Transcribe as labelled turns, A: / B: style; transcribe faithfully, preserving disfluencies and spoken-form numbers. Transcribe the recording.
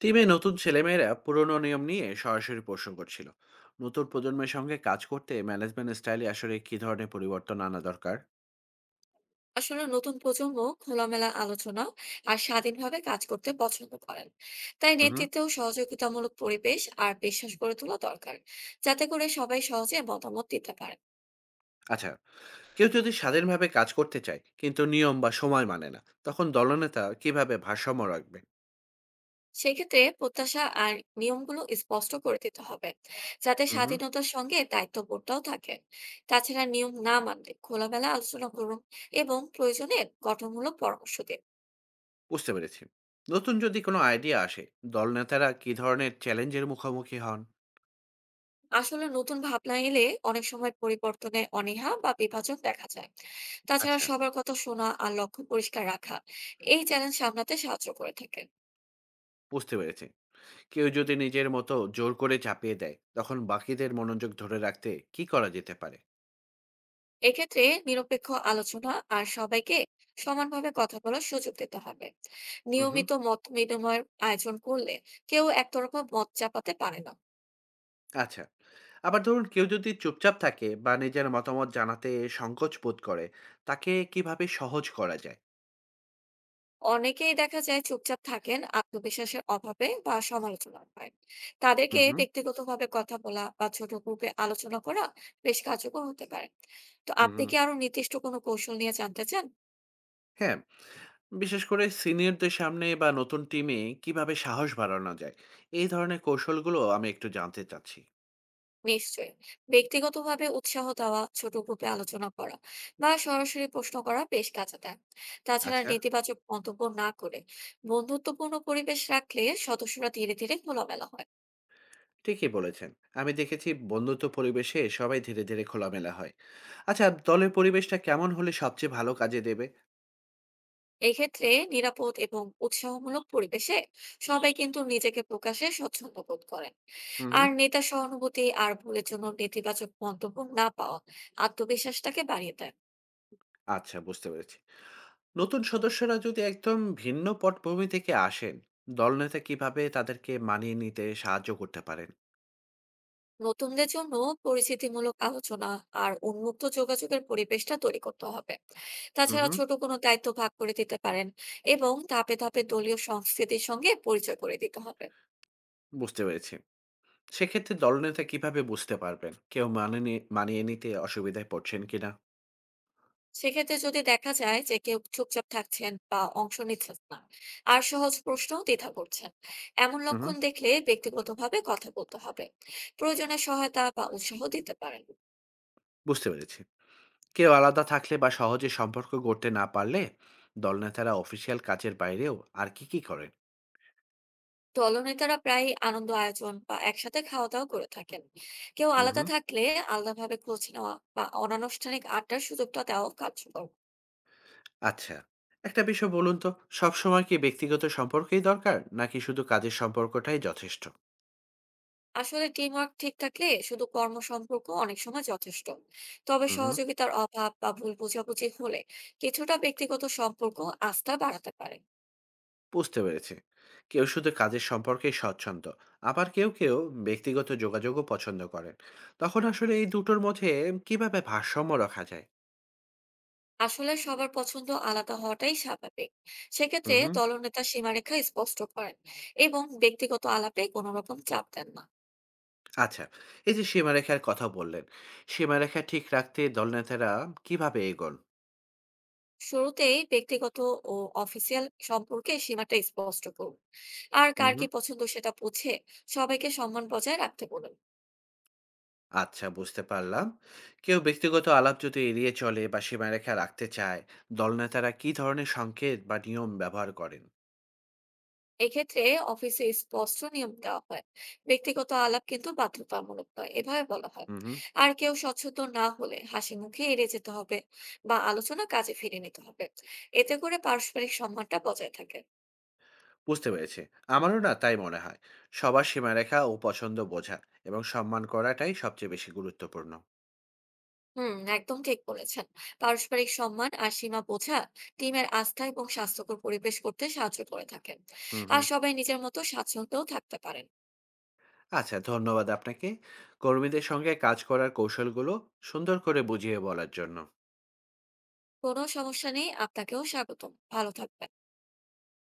A: টিমে নতুন ছেলেমেয়েরা পুরনো নিয়ম নিয়ে সরাসরি প্রশ্ন করছিল। নতুন প্রজন্মের সঙ্গে কাজ করতে ম্যানেজমেন্ট স্টাইলে আসলে কি ধরনের পরিবর্তন আনা দরকার?
B: আসলে নতুন প্রজন্ম খোলামেলা আলোচনা আর স্বাধীনভাবে কাজ করতে পছন্দ করেন। তাই
A: হুম।
B: নেতৃত্বেও সহযোগিতামূলক পরিবেশ আর বিশ্বাস গড়ে তোলা দরকার, যাতে করে সবাই সহজে মতামত দিতে পারে।
A: আচ্ছা, কেউ যদি স্বাধীনভাবে কাজ করতে চায় কিন্তু নিয়ম বা সময় মানে না, তখন দলনেতা কিভাবে ভারসাম্য রাখবে?
B: সেক্ষেত্রে প্রত্যাশা আর নিয়মগুলো স্পষ্ট করে দিতে হবে, যাতে
A: হুম।
B: স্বাধীনতার সঙ্গে দায়িত্ববোধটাও থাকে। তাছাড়া নিয়ম না মানলে খোলামেলা আলোচনা করুন এবং প্রয়োজনে গঠনমূলক পরামর্শ দিন।
A: বুঝতে পেরেছি। নতুন যদি কোনো আইডিয়া আসে, দলনেতারা কি ধরনের চ্যালেঞ্জের মুখোমুখি হন?
B: আসলে নতুন ভাবনা এলে অনেক সময় পরিবর্তনে অনীহা বা বিভাজন দেখা যায়। তাছাড়া
A: আচ্ছা।
B: সবার কথা শোনা আর লক্ষ্য পরিষ্কার রাখা এই চ্যালেঞ্জ সামলাতে সাহায্য করে থাকে।
A: বুঝতে পেরেছি। কেউ যদি নিজের মতো জোর করে চাপিয়ে দেয়, তখন বাকিদের মনোযোগ ধরে রাখতে কি করা যেতে পারে?
B: এক্ষেত্রে নিরপেক্ষ আলোচনা আর সবাইকে সমানভাবে কথা বলার সুযোগ দিতে হবে। নিয়মিত মত বিনিময়ের আয়োজন করলে কেউ একতরফা মত চাপাতে পারে না।
A: আচ্ছা। আবার ধরুন কেউ যদি চুপচাপ থাকে বা নিজের মতামত জানাতে সংকোচ বোধ করে, তাকে কিভাবে সহজ করা যায়?
B: অনেকেই দেখা যায় চুপচাপ থাকেন আত্মবিশ্বাসের অভাবে বা সমালোচনার ভয়। তাদেরকে
A: হুম, হুম,
B: ব্যক্তিগতভাবে কথা বলা বা ছোট গ্রুপে আলোচনা করা বেশ কার্যকর হতে পারে। তো
A: হুম,
B: আপনি
A: হুম।
B: কি আরো নির্দিষ্ট কোনো কৌশল নিয়ে জানতে চান?
A: হ্যাঁ, বিশেষ করে সিনিয়রদের সামনে বা নতুন টিমে কিভাবে সাহস বাড়ানো যায়? এই ধরনের কৌশলগুলো আমি একটু জানতে চাচ্ছি।
B: নিশ্চয়ই, ব্যক্তিগতভাবে উৎসাহ দেওয়া, ছোট গ্রুপে আলোচনা করা বা সরাসরি প্রশ্ন করা বেশ কাজে দেয়। তাছাড়া
A: আচ্ছা।
B: নেতিবাচক মন্তব্য না করে বন্ধুত্বপূর্ণ পরিবেশ রাখলে সদস্যরা ধীরে ধীরে খোলামেলা হয়।
A: ঠিকই বলেছেন। আমি দেখেছি বন্ধুত্ব পরিবেশে সবাই ধীরে, ধীরে খোলামেলা হয়। আচ্ছা, দলের পরিবেশটা কেমন হলে সবচেয়ে ভালো কাজে দেবে?
B: এক্ষেত্রে নিরাপদ এবং উৎসাহমূলক পরিবেশে সবাই কিন্তু নিজেকে প্রকাশে স্বচ্ছন্দ বোধ করেন।
A: হুম, হুম।
B: আর নেতা সহানুভূতি আর ভুলের জন্য নেতিবাচক মন্তব্য না পাওয়া আত্মবিশ্বাসটাকে বাড়িয়ে দেয়।
A: আচ্ছা, বুঝতে পেরেছি। নতুন সদস্যরা যদি একদম ভিন্ন পটভূমি থেকে আসেন, দলনেতা কিভাবে তাদেরকে মানিয়ে নিতে সাহায্য করতে পারেন?
B: নতুনদের জন্য পরিচিতিমূলক আলোচনা আর উন্মুক্ত যোগাযোগের পরিবেশটা তৈরি করতে হবে।
A: হুম,
B: তাছাড়া
A: হুম।
B: ছোট কোনো দায়িত্ব ভাগ করে দিতে পারেন এবং ধাপে ধাপে দলীয় সংস্কৃতির সঙ্গে পরিচয় করে দিতে হবে।
A: বুঝতে পেরেছি। সেক্ষেত্রে দলনেতা কিভাবে বুঝতে পারবেন কেউ মানিয়ে মানিয়ে নিতে অসুবিধায় পড়ছেন কিনা?
B: সেক্ষেত্রে যদি দেখা যায় যে কেউ চুপচাপ থাকছেন বা অংশ নিচ্ছেন না, আর সহজ প্রশ্ন দ্বিধা করছেন, এমন
A: হুম,
B: লক্ষণ
A: হুম।
B: দেখলে ব্যক্তিগতভাবে কথা বলতে হবে। প্রয়োজনে সহায়তা বা উৎসাহ দিতে পারেন।
A: বুঝতে পেরেছি। কেউ আলাদা থাকলে বা সহজে সম্পর্ক গড়তে না পারলে, দলনেতারা অফিসিয়াল কাজের বাইরেও আর কি কি করেন?
B: দলনেতারা প্রায়ই আনন্দ আয়োজন বা একসাথে খাওয়া দাওয়া করে থাকেন। কেউ
A: হুম,
B: আলাদা
A: হুম।
B: থাকলে আলাদাভাবে খোঁজ নেওয়া বা অনানুষ্ঠানিক আড্ডার সুযোগটা দেওয়া কার্যকর।
A: আচ্ছা, একটা বিষয় বলুন তো, সবসময় কি ব্যক্তিগত সম্পর্কেই দরকার নাকি শুধু কাজের সম্পর্কটাই যথেষ্ট?
B: আসলে টিম ওয়ার্ক ঠিক থাকলে শুধু কর্ম সম্পর্ক অনেক সময় যথেষ্ট। তবে
A: হুম।
B: সহযোগিতার অভাব বা ভুল বোঝাবুঝি হলে কিছুটা ব্যক্তিগত সম্পর্ক আস্থা বাড়াতে পারে।
A: বুঝতে পেরেছি। কেউ শুধু কাজের সম্পর্কেই স্বচ্ছন্দ, আবার কেউ কেউ ব্যক্তিগত যোগাযোগও পছন্দ করেন, তখন আসলে এই দুটোর মধ্যে কিভাবে ভারসাম্য রাখা যায়?
B: আসলে সবার পছন্দ আলাদা হওয়াটাই স্বাভাবিক।
A: হুম,
B: সেক্ষেত্রে
A: হুম।
B: দলনেতা সীমারেখা স্পষ্ট করেন এবং ব্যক্তিগত আলাপে কোনো রকম চাপ দেন না।
A: আচ্ছা, এই যে সীমারেখার কথা বললেন, সীমারেখা ঠিক রাখতে দলনেতারা কিভাবে এগোন?
B: শুরুতেই ব্যক্তিগত ও অফিসিয়াল সম্পর্কে সীমাটা স্পষ্ট করুন। আর
A: হুম,
B: কার
A: হুম।
B: কি পছন্দ সেটা বুঝে সবাইকে সম্মান বজায় রাখতে বলুন।
A: আচ্ছা, বুঝতে পারলাম। কেউ ব্যক্তিগত আলাপ যদি এড়িয়ে চলে বা সীমারেখা রাখতে চায়, দলনেতারা কি ধরনের সংকেত বা নিয়ম ব্যবহার করেন?
B: এক্ষেত্রে অফিসে স্পষ্ট নিয়ম দেওয়া হয়, ব্যক্তিগত আলাপ কিন্তু বাধ্যতামূলক নয় এভাবে বলা হয়।
A: হুম।
B: আর কেউ সচেতন না হলে হাসি মুখে এড়িয়ে যেতে হবে বা আলোচনা কাজে ফিরিয়ে নিতে হবে। এতে করে পারস্পরিক সম্মানটা বজায় থাকে।
A: বুঝতে পেরেছি। আমারও না তাই মনে হয়। সবার সীমারেখা ও পছন্দ বোঝা এবং সম্মান করাটাই সবচেয়ে বেশি গুরুত্বপূর্ণ।
B: হুম, একদম ঠিক বলেছেন। পারস্পরিক সম্মান আর সীমা বোঝা টিমের আস্থা এবং স্বাস্থ্যকর পরিবেশ করতে সাহায্য করে থাকেন।
A: হুম,
B: আর
A: হুম।
B: সবাই নিজের মতো স্বাচ্ছন্দ্যও থাকতে পারেন।
A: আচ্ছা, ধন্যবাদ আপনাকে। কর্মীদের সঙ্গে কাজ করার কৌশলগুলো সুন্দর করে বুঝিয়ে বলার জন্য।
B: কোনো সমস্যা নেই, আপনাকেও স্বাগতম। ভালো থাকবেন।